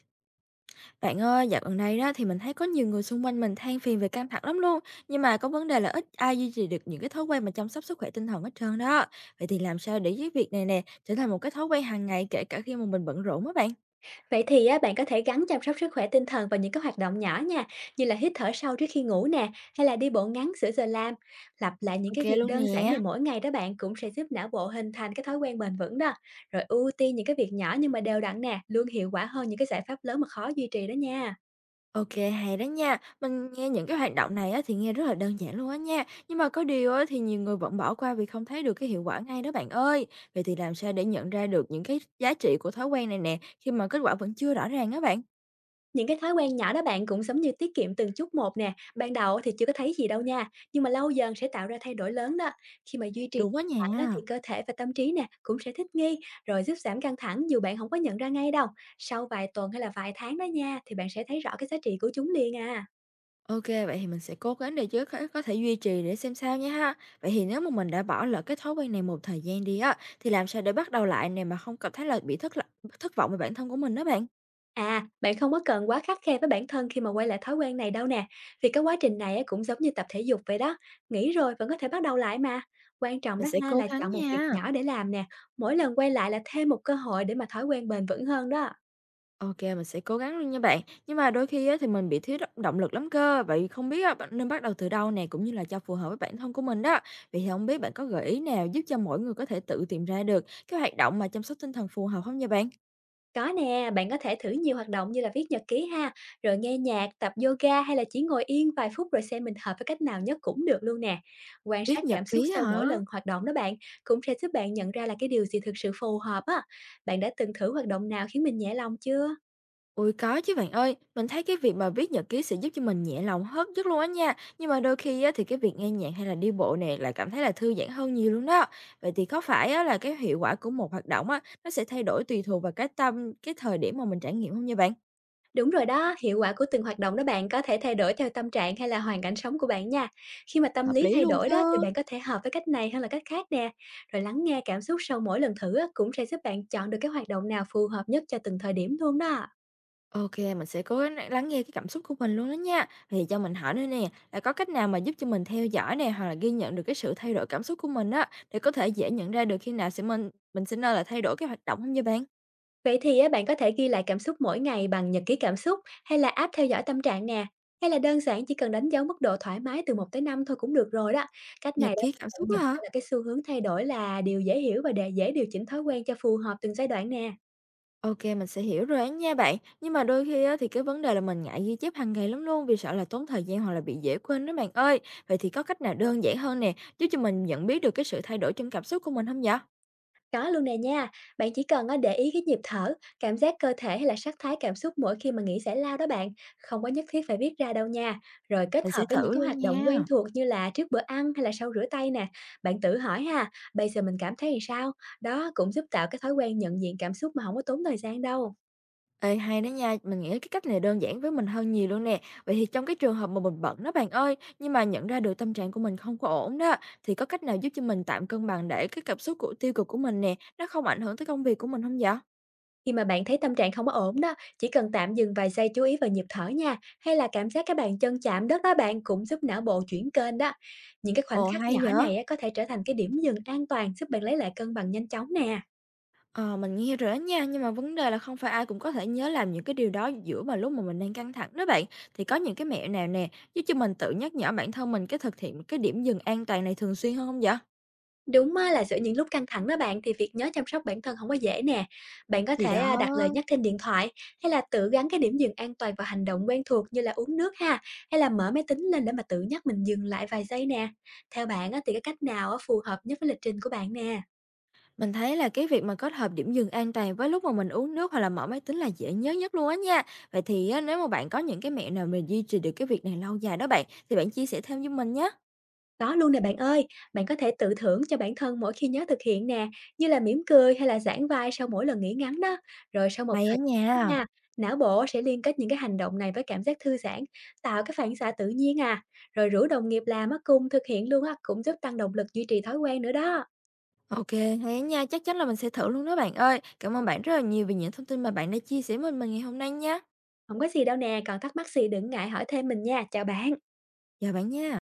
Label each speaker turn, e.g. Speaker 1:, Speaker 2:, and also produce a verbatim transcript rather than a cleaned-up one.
Speaker 1: Bạn ơi, dạo gần đây đó thì mình thấy có nhiều người xung quanh mình than phiền về căng thẳng lắm luôn, nhưng mà có vấn đề là ít ai duy trì được những cái thói quen mà chăm sóc sức khỏe tinh thần hết trơn đó. Vậy thì làm sao để cái việc này nè trở thành một cái thói quen hàng ngày kể cả khi mà mình bận rộn á bạn?
Speaker 2: Vậy thì á, bạn có thể gắn chăm sóc sức khỏe tinh thần vào những cái hoạt động nhỏ nha, như là hít thở sâu trước khi ngủ nè, hay là đi bộ ngắn giữa giờ làm. Lặp lại những
Speaker 1: Ok
Speaker 2: cái việc
Speaker 1: luôn
Speaker 2: đơn giản này
Speaker 1: nè.
Speaker 2: mỗi ngày đó, bạn cũng sẽ giúp não bộ hình thành cái thói quen bền vững đó. Rồi ưu tiên những cái việc nhỏ nhưng mà đều đặn nè, luôn hiệu quả hơn những cái giải pháp lớn mà khó duy trì đó nha.
Speaker 1: Ok, hay đó nha. Mình nghe những cái hoạt động này á, thì nghe rất là đơn giản luôn á nha. Nhưng mà có điều á, thì nhiều người vẫn bỏ qua vì không thấy được cái hiệu quả ngay đó bạn ơi. Vậy thì làm sao để nhận ra được những cái giá trị của thói quen này nè khi mà kết quả vẫn chưa rõ ràng á bạn?
Speaker 2: Những cái thói quen nhỏ đó bạn, cũng giống như tiết kiệm từng chút một nè, ban đầu thì chưa có thấy gì đâu nha, nhưng mà lâu dần sẽ tạo ra thay đổi lớn đó. Khi mà duy trì
Speaker 1: Đúng quá
Speaker 2: mạnh á thì
Speaker 1: nha.
Speaker 2: cơ thể và tâm trí nè cũng sẽ thích nghi, rồi giúp giảm căng thẳng dù bạn không có nhận ra ngay đâu. Sau vài tuần hay là vài tháng đó nha, thì bạn sẽ thấy rõ cái giá trị của chúng liền à.
Speaker 1: OK, vậy thì mình sẽ cố gắng để giới có có thể duy trì để xem sao nhé ha. Vậy thì nếu mà mình đã bỏ lỡ cái thói quen này một thời gian đi á, thì làm sao để bắt đầu lại này mà không cảm thấy là bị thất lạc thất vọng về bản thân của mình đó bạn?
Speaker 2: À, bạn không có cần quá khắt khe với bản thân khi mà quay lại thói quen này đâu nè, vì cái quá trình này á, cũng giống như tập thể dục vậy đó, nghỉ rồi vẫn có thể bắt đầu lại mà. Quan trọng
Speaker 1: Mình
Speaker 2: đó
Speaker 1: sẽ
Speaker 2: ha,
Speaker 1: cố
Speaker 2: là
Speaker 1: gắng
Speaker 2: chọn một việc
Speaker 1: nha.
Speaker 2: nhỏ để làm nè, mỗi lần quay lại là thêm một cơ hội để mà thói quen bền vững hơn đó.
Speaker 1: OK, mình sẽ cố gắng luôn nha bạn. Nhưng mà đôi khi á, thì mình bị thiếu động động lực lắm cơ. Vậy không biết á, bạn nên bắt đầu từ đâu nè, cũng như là cho phù hợp với bản thân của mình đó. Vậy thì không biết bạn có gợi ý nào giúp cho mỗi người có thể tự tìm ra được cái hoạt động mà chăm sóc tinh thần phù hợp không nha bạn?
Speaker 2: Có nè, bạn có thể thử nhiều hoạt động như là viết nhật ký ha, rồi nghe nhạc, tập yoga hay là chỉ ngồi yên vài phút, rồi xem mình hợp với cách nào nhất cũng được luôn nè. Quan sát
Speaker 1: Viết nhật
Speaker 2: cảm xúc
Speaker 1: ký
Speaker 2: sau mỗi
Speaker 1: hả?
Speaker 2: lần hoạt động đó bạn, cũng sẽ giúp bạn nhận ra là cái điều gì thực sự phù hợp á. Bạn đã từng thử hoạt động nào khiến mình nhẹ lòng chưa?
Speaker 1: Ôi có chứ bạn ơi, mình thấy cái việc mà viết nhật ký sẽ giúp cho mình nhẹ lòng hết rất luôn á nha. Nhưng mà đôi khi á, thì cái việc nghe nhạc hay là đi bộ nè lại cảm thấy là thư giãn hơn nhiều luôn đó. Vậy thì có phải á, là cái hiệu quả của một hoạt động á, nó sẽ thay đổi tùy thuộc vào cái tâm, cái thời điểm mà mình trải nghiệm không nha bạn?
Speaker 2: Đúng rồi đó, hiệu quả của từng hoạt động đó bạn có thể thay đổi theo tâm trạng hay là hoàn cảnh sống của bạn nha. Khi mà tâm
Speaker 1: Hợp
Speaker 2: lý
Speaker 1: lý
Speaker 2: thay
Speaker 1: luôn
Speaker 2: đổi đó thì
Speaker 1: chứ.
Speaker 2: bạn có thể hợp với cách này hơn là cách khác nè. Rồi lắng nghe cảm xúc sau mỗi lần thử á, cũng sẽ giúp bạn chọn được cái hoạt động nào phù hợp nhất cho từng thời điểm luôn đó.
Speaker 1: Ok, mình sẽ cố gắng lắng nghe cái cảm xúc của mình luôn đó nha. Thì cho mình hỏi nữa nè, là có cách nào mà giúp cho mình theo dõi nè hoặc là ghi nhận được cái sự thay đổi cảm xúc của mình á để có thể dễ nhận ra được khi nào sẽ mình mình sẽ nên là thay đổi cái hoạt động không nha bạn?
Speaker 2: Vậy thì á, bạn có thể ghi lại cảm xúc mỗi ngày bằng nhật ký cảm xúc, hay là app theo dõi tâm trạng nè. Hay là đơn giản chỉ cần đánh dấu mức độ thoải mái từ một tới năm thôi cũng được rồi đó. Cách
Speaker 1: Nhật
Speaker 2: này đó
Speaker 1: ký cảm
Speaker 2: bạn
Speaker 1: xúc á
Speaker 2: nhận
Speaker 1: hả?
Speaker 2: ra là cái xu hướng thay đổi là điều dễ hiểu, và để dễ điều chỉnh thói quen cho phù hợp từng giai đoạn nè.
Speaker 1: Ok mình sẽ hiểu rồi á nha bạn. Nhưng mà đôi khi á thì cái vấn đề là mình ngại ghi chép hàng ngày lắm luôn, vì sợ là tốn thời gian hoặc là bị dễ quên đó bạn ơi. Vậy thì có cách nào đơn giản hơn nè, giúp cho mình nhận biết được cái sự thay đổi trong cảm xúc của mình không vậy?
Speaker 2: Có luôn nè nha, bạn chỉ cần á, để ý cái nhịp thở, cảm giác cơ thể hay là sắc thái cảm xúc mỗi khi mà nghĩ giải lao đó bạn, không có nhất thiết phải viết ra đâu nha. Rồi kết
Speaker 1: Mình sẽ
Speaker 2: hợp với những
Speaker 1: thử
Speaker 2: cái
Speaker 1: luôn
Speaker 2: hoạt động quen
Speaker 1: nha.
Speaker 2: thuộc như là trước bữa ăn hay là sau rửa tay nè, bạn tự hỏi ha, bây giờ mình cảm thấy làm sao? Đó cũng giúp tạo cái thói quen nhận diện cảm xúc mà không có tốn thời gian đâu.
Speaker 1: Ê, hay đó nha, mình nghĩ cái cách này đơn giản với mình hơn nhiều luôn nè. Vậy thì trong cái trường hợp mà mình bận đó bạn ơi, nhưng mà nhận ra được tâm trạng của mình không có ổn đó, thì có cách nào giúp cho mình tạm cân bằng để cái cảm xúc của tiêu cực của mình nè, nó không ảnh hưởng tới công việc của mình không vậy?
Speaker 2: Khi mà bạn thấy tâm trạng không có ổn đó, chỉ cần tạm dừng vài giây chú ý vào nhịp thở nha, hay là cảm giác các bàn chân chạm đất, đó bạn cũng giúp não bộ chuyển kênh đó. Những cái khoảnh
Speaker 1: Ồ,
Speaker 2: khắc
Speaker 1: hay
Speaker 2: nhỏ
Speaker 1: vậy!
Speaker 2: này á, có thể trở thành cái điểm dừng an toàn giúp bạn lấy lại cân bằng nhanh chóng nè.
Speaker 1: Ờ, mình nghe rồi đó nha, nhưng mà vấn đề là không phải ai cũng có thể nhớ làm những cái điều đó giữa mà lúc mà mình đang căng thẳng đó bạn. Thì có những cái mẹo nào nè, giúp cho mình tự nhắc nhở bản thân mình cái thực hiện cái điểm dừng an toàn này thường xuyên hơn không vậy?
Speaker 2: Đúng á, là giữa những lúc căng thẳng đó bạn thì việc nhớ chăm sóc bản thân không có dễ nè. Bạn có
Speaker 1: Thì
Speaker 2: thể à,
Speaker 1: đó,
Speaker 2: đặt lời nhắc trên điện thoại, hay là tự gắn cái điểm dừng an toàn vào hành động quen thuộc như là uống nước ha, hay là mở máy tính lên để mà tự nhắc mình dừng lại vài giây nè. Theo bạn á, thì cái cách nào á, phù hợp nhất với lịch trình của bạn nè?
Speaker 1: mình thấy là cái việc mà kết hợp điểm dừng an toàn với lúc mà mình uống nước hoặc là mở máy tính là dễ nhớ nhất luôn á nha. Vậy thì á, nếu mà bạn có những cái mẹo nào mình duy trì được cái việc này lâu dài đó bạn, thì bạn chia sẻ thêm với mình nhé.
Speaker 2: Có luôn nè bạn ơi, bạn có thể tự thưởng cho bản thân mỗi khi nhớ thực hiện nè, như là mỉm cười hay là giãn vai sau mỗi lần nghỉ ngắn đó. Rồi sau một
Speaker 1: Hay
Speaker 2: thời
Speaker 1: á nha.
Speaker 2: gian nha, não bộ sẽ liên kết những cái hành động này với cảm giác thư giãn, tạo cái phản xạ tự nhiên à. Rồi rủ đồng nghiệp làm á cùng thực hiện luôn á, cũng giúp tăng động lực duy trì thói quen nữa đó.
Speaker 1: OK, hay nha, chắc chắn là mình sẽ thử luôn đó bạn ơi. Cảm ơn bạn rất là nhiều vì những thông tin mà bạn đã chia sẻ với mình ngày hôm nay nha.
Speaker 2: Không có gì đâu nè, còn thắc mắc gì đừng ngại hỏi thêm mình nha. Chào bạn.
Speaker 1: Chào bạn nha.